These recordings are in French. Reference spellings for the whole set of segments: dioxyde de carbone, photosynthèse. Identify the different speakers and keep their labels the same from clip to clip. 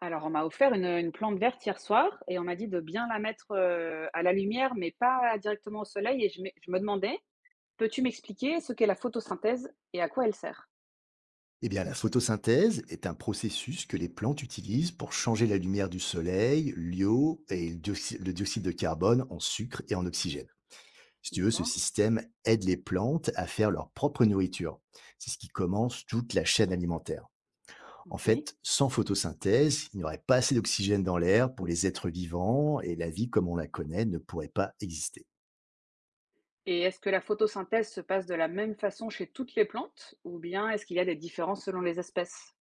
Speaker 1: Alors, on m'a offert une plante verte hier soir et on m'a dit de bien la mettre, à la lumière, mais pas directement au soleil et je me demandais: «Peux-tu m'expliquer ce qu'est la photosynthèse et à quoi elle sert?»
Speaker 2: Eh bien, la photosynthèse est un processus que les plantes utilisent pour changer la lumière du soleil, l'eau et le le dioxyde de carbone en sucre et en oxygène. Si tu veux, ce
Speaker 1: D'accord.
Speaker 2: système aide les plantes à faire leur propre nourriture. C'est ce qui commence toute la chaîne alimentaire. En
Speaker 1: OK,
Speaker 2: fait, sans photosynthèse, il n'y aurait pas assez d'oxygène dans l'air pour les êtres vivants et la vie comme on la connaît ne pourrait pas exister.
Speaker 1: et est-ce que la photosynthèse se passe de la même façon chez toutes les plantes ou bien est-ce qu'il y a des différences selon les espèces?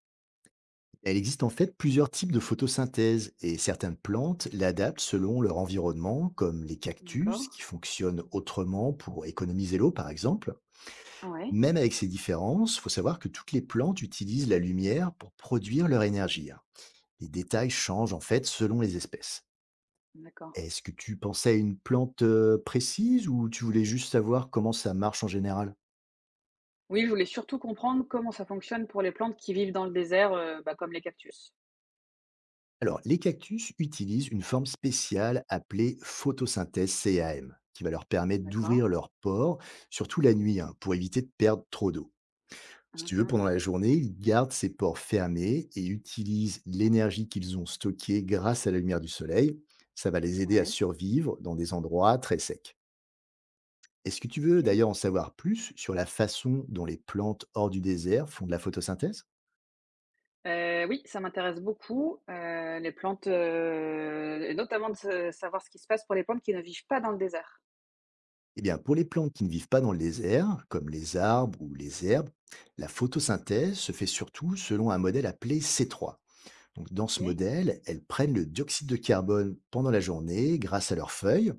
Speaker 2: Elle existe en fait plusieurs types de photosynthèse et certaines plantes l'adaptent selon leur environnement, comme les cactus
Speaker 1: D'accord.
Speaker 2: qui fonctionnent autrement pour économiser l'eau par exemple.
Speaker 1: Ah ouais,
Speaker 2: Même avec ces différences, il faut savoir que toutes les plantes utilisent la lumière pour produire leur énergie, hein. Les détails changent en fait selon les espèces.
Speaker 1: d'accord.
Speaker 2: Est-ce que tu pensais à une plante précise ou tu voulais juste savoir comment ça marche en général?
Speaker 1: Oui, je voulais surtout comprendre comment ça fonctionne pour les plantes qui vivent dans le désert, bah, comme les cactus.
Speaker 2: Alors, les cactus utilisent une forme spéciale appelée photosynthèse CAM, qui va leur permettre
Speaker 1: D'accord.
Speaker 2: d'ouvrir leurs pores, surtout la nuit, hein, pour éviter de perdre trop d'eau. Si
Speaker 1: Mmh
Speaker 2: tu veux,
Speaker 1: mh.
Speaker 2: pendant la journée, ils gardent ces pores fermés et utilisent l'énergie qu'ils ont stockée grâce à la lumière du soleil. Ça va les aider à
Speaker 1: Ouais,
Speaker 2: survivre dans des endroits très secs. Est-ce que tu veux
Speaker 1: OK.
Speaker 2: d'ailleurs en savoir plus sur la façon dont les plantes hors du désert font de la photosynthèse?
Speaker 1: Oui, ça m'intéresse beaucoup, les plantes, et notamment de se savoir ce qui se passe pour les plantes qui ne vivent pas dans le désert.
Speaker 2: Eh bien, pour les plantes qui ne vivent pas dans le désert, comme les arbres ou les herbes, la photosynthèse se fait surtout selon un modèle appelé C3. Donc, dans ce
Speaker 1: OK.
Speaker 2: modèle, elles prennent le dioxyde de carbone pendant la journée grâce à leurs feuilles,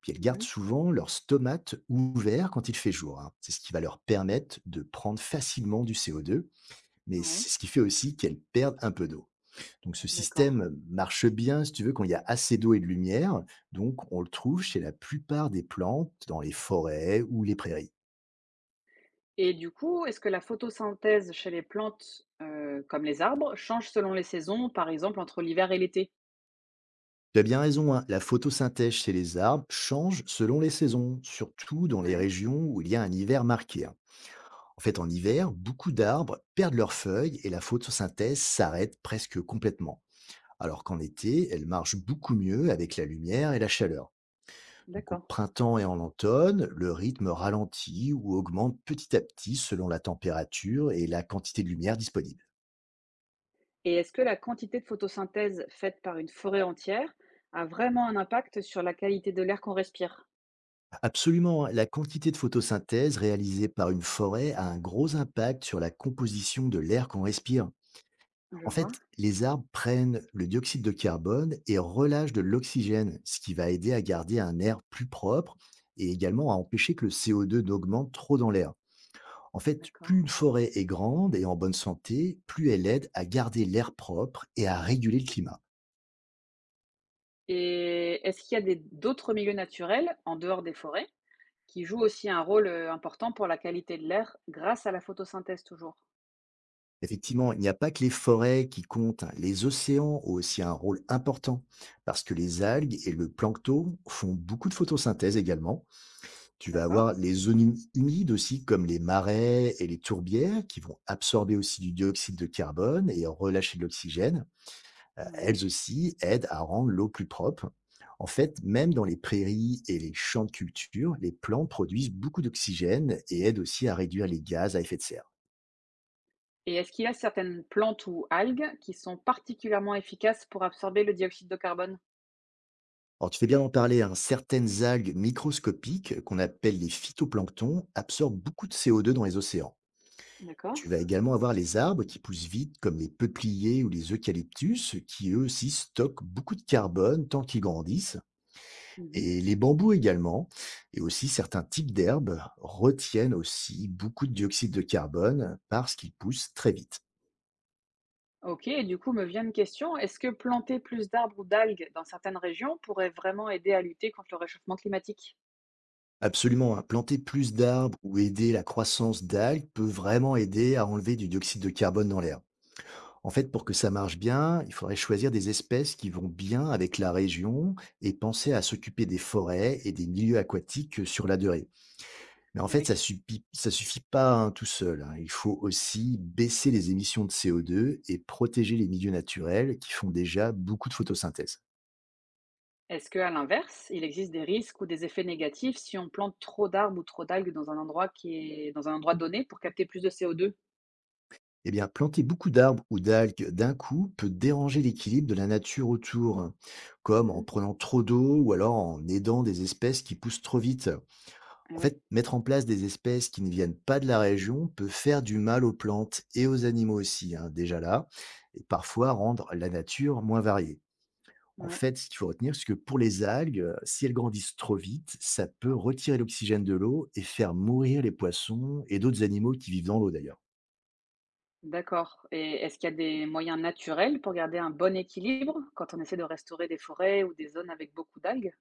Speaker 2: puis elles gardent
Speaker 1: Mmh.
Speaker 2: souvent leurs stomates ouverts quand il fait jour, hein. C'est ce qui va leur permettre de prendre facilement du CO2, mais
Speaker 1: Ouais,
Speaker 2: c'est ce qui fait aussi qu'elles perdent un peu d'eau. Donc ce
Speaker 1: d'accord,
Speaker 2: système marche bien, si tu veux, quand il y a assez d'eau et de lumière. Donc on le trouve chez la plupart des plantes, dans les forêts ou les prairies.
Speaker 1: et du coup, est-ce que la photosynthèse chez les plantes, comme les arbres, change selon les saisons, par exemple entre l'hiver et l'été?
Speaker 2: Tu as bien raison, hein, la photosynthèse chez les arbres change selon les saisons, surtout dans les
Speaker 1: Ouais,
Speaker 2: régions où il y a un hiver marqué, hein. En fait, en hiver, beaucoup d'arbres perdent leurs feuilles et la photosynthèse s'arrête presque complètement. Alors qu'en été, elle marche beaucoup mieux avec la lumière et la chaleur. Donc au
Speaker 1: d'accord,
Speaker 2: printemps et en automne, le rythme ralentit ou augmente petit à petit selon la température et la quantité de lumière disponible.
Speaker 1: et est-ce que la quantité de photosynthèse faite par une forêt entière a vraiment un impact sur la qualité de l'air qu'on respire?
Speaker 2: Absolument, hein, la quantité de photosynthèse réalisée par une forêt a un gros impact sur la composition de l'air qu'on respire.
Speaker 1: Je
Speaker 2: En
Speaker 1: vois,
Speaker 2: fait, les arbres prennent le dioxyde de carbone et relâchent de l'oxygène, ce qui va aider à garder un air plus propre et également à empêcher que le CO2 n'augmente trop dans l'air. En fait,
Speaker 1: d'accord.
Speaker 2: plus une forêt est grande et en bonne santé, plus elle aide à garder l'air propre et à réguler le climat.
Speaker 1: Et est-ce qu'il y a des d'autres milieux naturels, en dehors des forêts, qui jouent aussi un rôle, important pour la qualité de l'air grâce à la photosynthèse toujours?
Speaker 2: Effectivement, il n'y a pas que les forêts qui comptent, hein. Les océans ont aussi un rôle important parce que les algues et le plancton font beaucoup de photosynthèse également. Tu vas
Speaker 1: D'accord,
Speaker 2: avoir les zones humides aussi, comme les marais et les tourbières, qui vont absorber aussi du dioxyde de carbone et relâcher de l'oxygène.
Speaker 1: ouais.
Speaker 2: Elles aussi aident à rendre l'eau plus propre. En fait, même dans les prairies et les champs de culture, les plantes produisent beaucoup d'oxygène et aident aussi à réduire les gaz à effet de serre.
Speaker 1: Et est-ce qu'il y a certaines plantes ou algues qui sont particulièrement efficaces pour absorber le dioxyde de carbone?
Speaker 2: Alors tu fais bien d'en parler, hein, certaines algues microscopiques qu'on appelle les phytoplanctons absorbent beaucoup de CO2 dans les océans.
Speaker 1: D'accord.
Speaker 2: Tu vas également avoir les arbres qui poussent vite, comme les peupliers ou les eucalyptus, qui eux aussi stockent beaucoup de carbone tant qu'ils grandissent.
Speaker 1: Mmh.
Speaker 2: Et les bambous également, et aussi certains types d'herbes retiennent aussi beaucoup de dioxyde de carbone parce qu'ils poussent très vite.
Speaker 1: OK, et du coup me vient une question, est-ce que planter plus d'arbres ou d'algues dans certaines régions pourrait vraiment aider à lutter contre le réchauffement climatique?
Speaker 2: Absolument, hein, planter plus d'arbres ou aider la croissance d'algues peut vraiment aider à enlever du dioxyde de carbone dans l'air. En fait, pour que ça marche bien, il faudrait choisir des espèces qui vont bien avec la région et penser à s'occuper des forêts et des milieux aquatiques sur la durée. Mais en
Speaker 1: Eh
Speaker 2: fait,
Speaker 1: oui.
Speaker 2: ça suffit pas, hein, tout seul, hein. Il faut aussi baisser les émissions de CO2 et protéger les milieux naturels qui font déjà beaucoup de photosynthèse.
Speaker 1: Est-ce qu'à l'inverse, il existe des risques ou des effets négatifs si on plante trop d'arbres ou trop d'algues dans un endroit qui est dans un endroit donné pour capter plus de CO2.
Speaker 2: Eh bien, planter beaucoup d'arbres ou d'algues d'un coup peut déranger l'équilibre de la nature autour, hein, comme en
Speaker 1: Mhm.
Speaker 2: prenant trop d'eau ou alors en aidant des espèces qui poussent trop vite.
Speaker 1: Ah
Speaker 2: En
Speaker 1: oui,
Speaker 2: fait, mettre en place des espèces qui ne viennent pas de la région peut faire du mal aux plantes et aux animaux aussi, hein, déjà là, et parfois rendre la nature moins variée. En
Speaker 1: ouais,
Speaker 2: fait, ce qu'il faut retenir, c'est que pour les algues, si elles grandissent trop vite, ça peut retirer l'oxygène de l'eau et faire mourir les poissons et d'autres animaux qui vivent dans l'eau d'ailleurs.
Speaker 1: d'accord. Et est-ce qu'il y a des moyens naturels pour garder un bon équilibre quand on essaie de restaurer des forêts ou des zones avec beaucoup d'algues?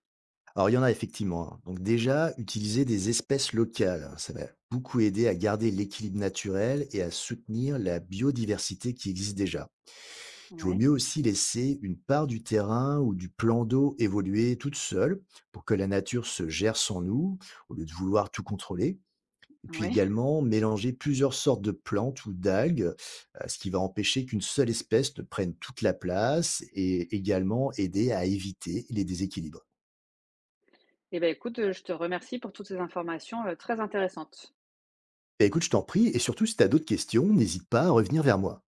Speaker 2: Alors il y en a effectivement, hein. Donc déjà, utiliser des espèces locales, hein, ça va beaucoup aider à garder l'équilibre naturel et à soutenir la biodiversité qui existe déjà. Il vaut
Speaker 1: Ouais,
Speaker 2: mieux aussi laisser une part du terrain ou du plan d'eau évoluer toute seule pour que la nature se gère sans nous, au lieu de vouloir tout contrôler. Et puis
Speaker 1: ouais.
Speaker 2: également, mélanger plusieurs sortes de plantes ou d'algues, ce qui va empêcher qu'une seule espèce ne prenne toute la place et également aider à éviter les déséquilibres.
Speaker 1: Eh ben écoute, je te remercie pour toutes ces informations, très intéressantes.
Speaker 2: Bah, écoute, je t'en prie et surtout si tu as d'autres questions, n'hésite pas à revenir vers moi.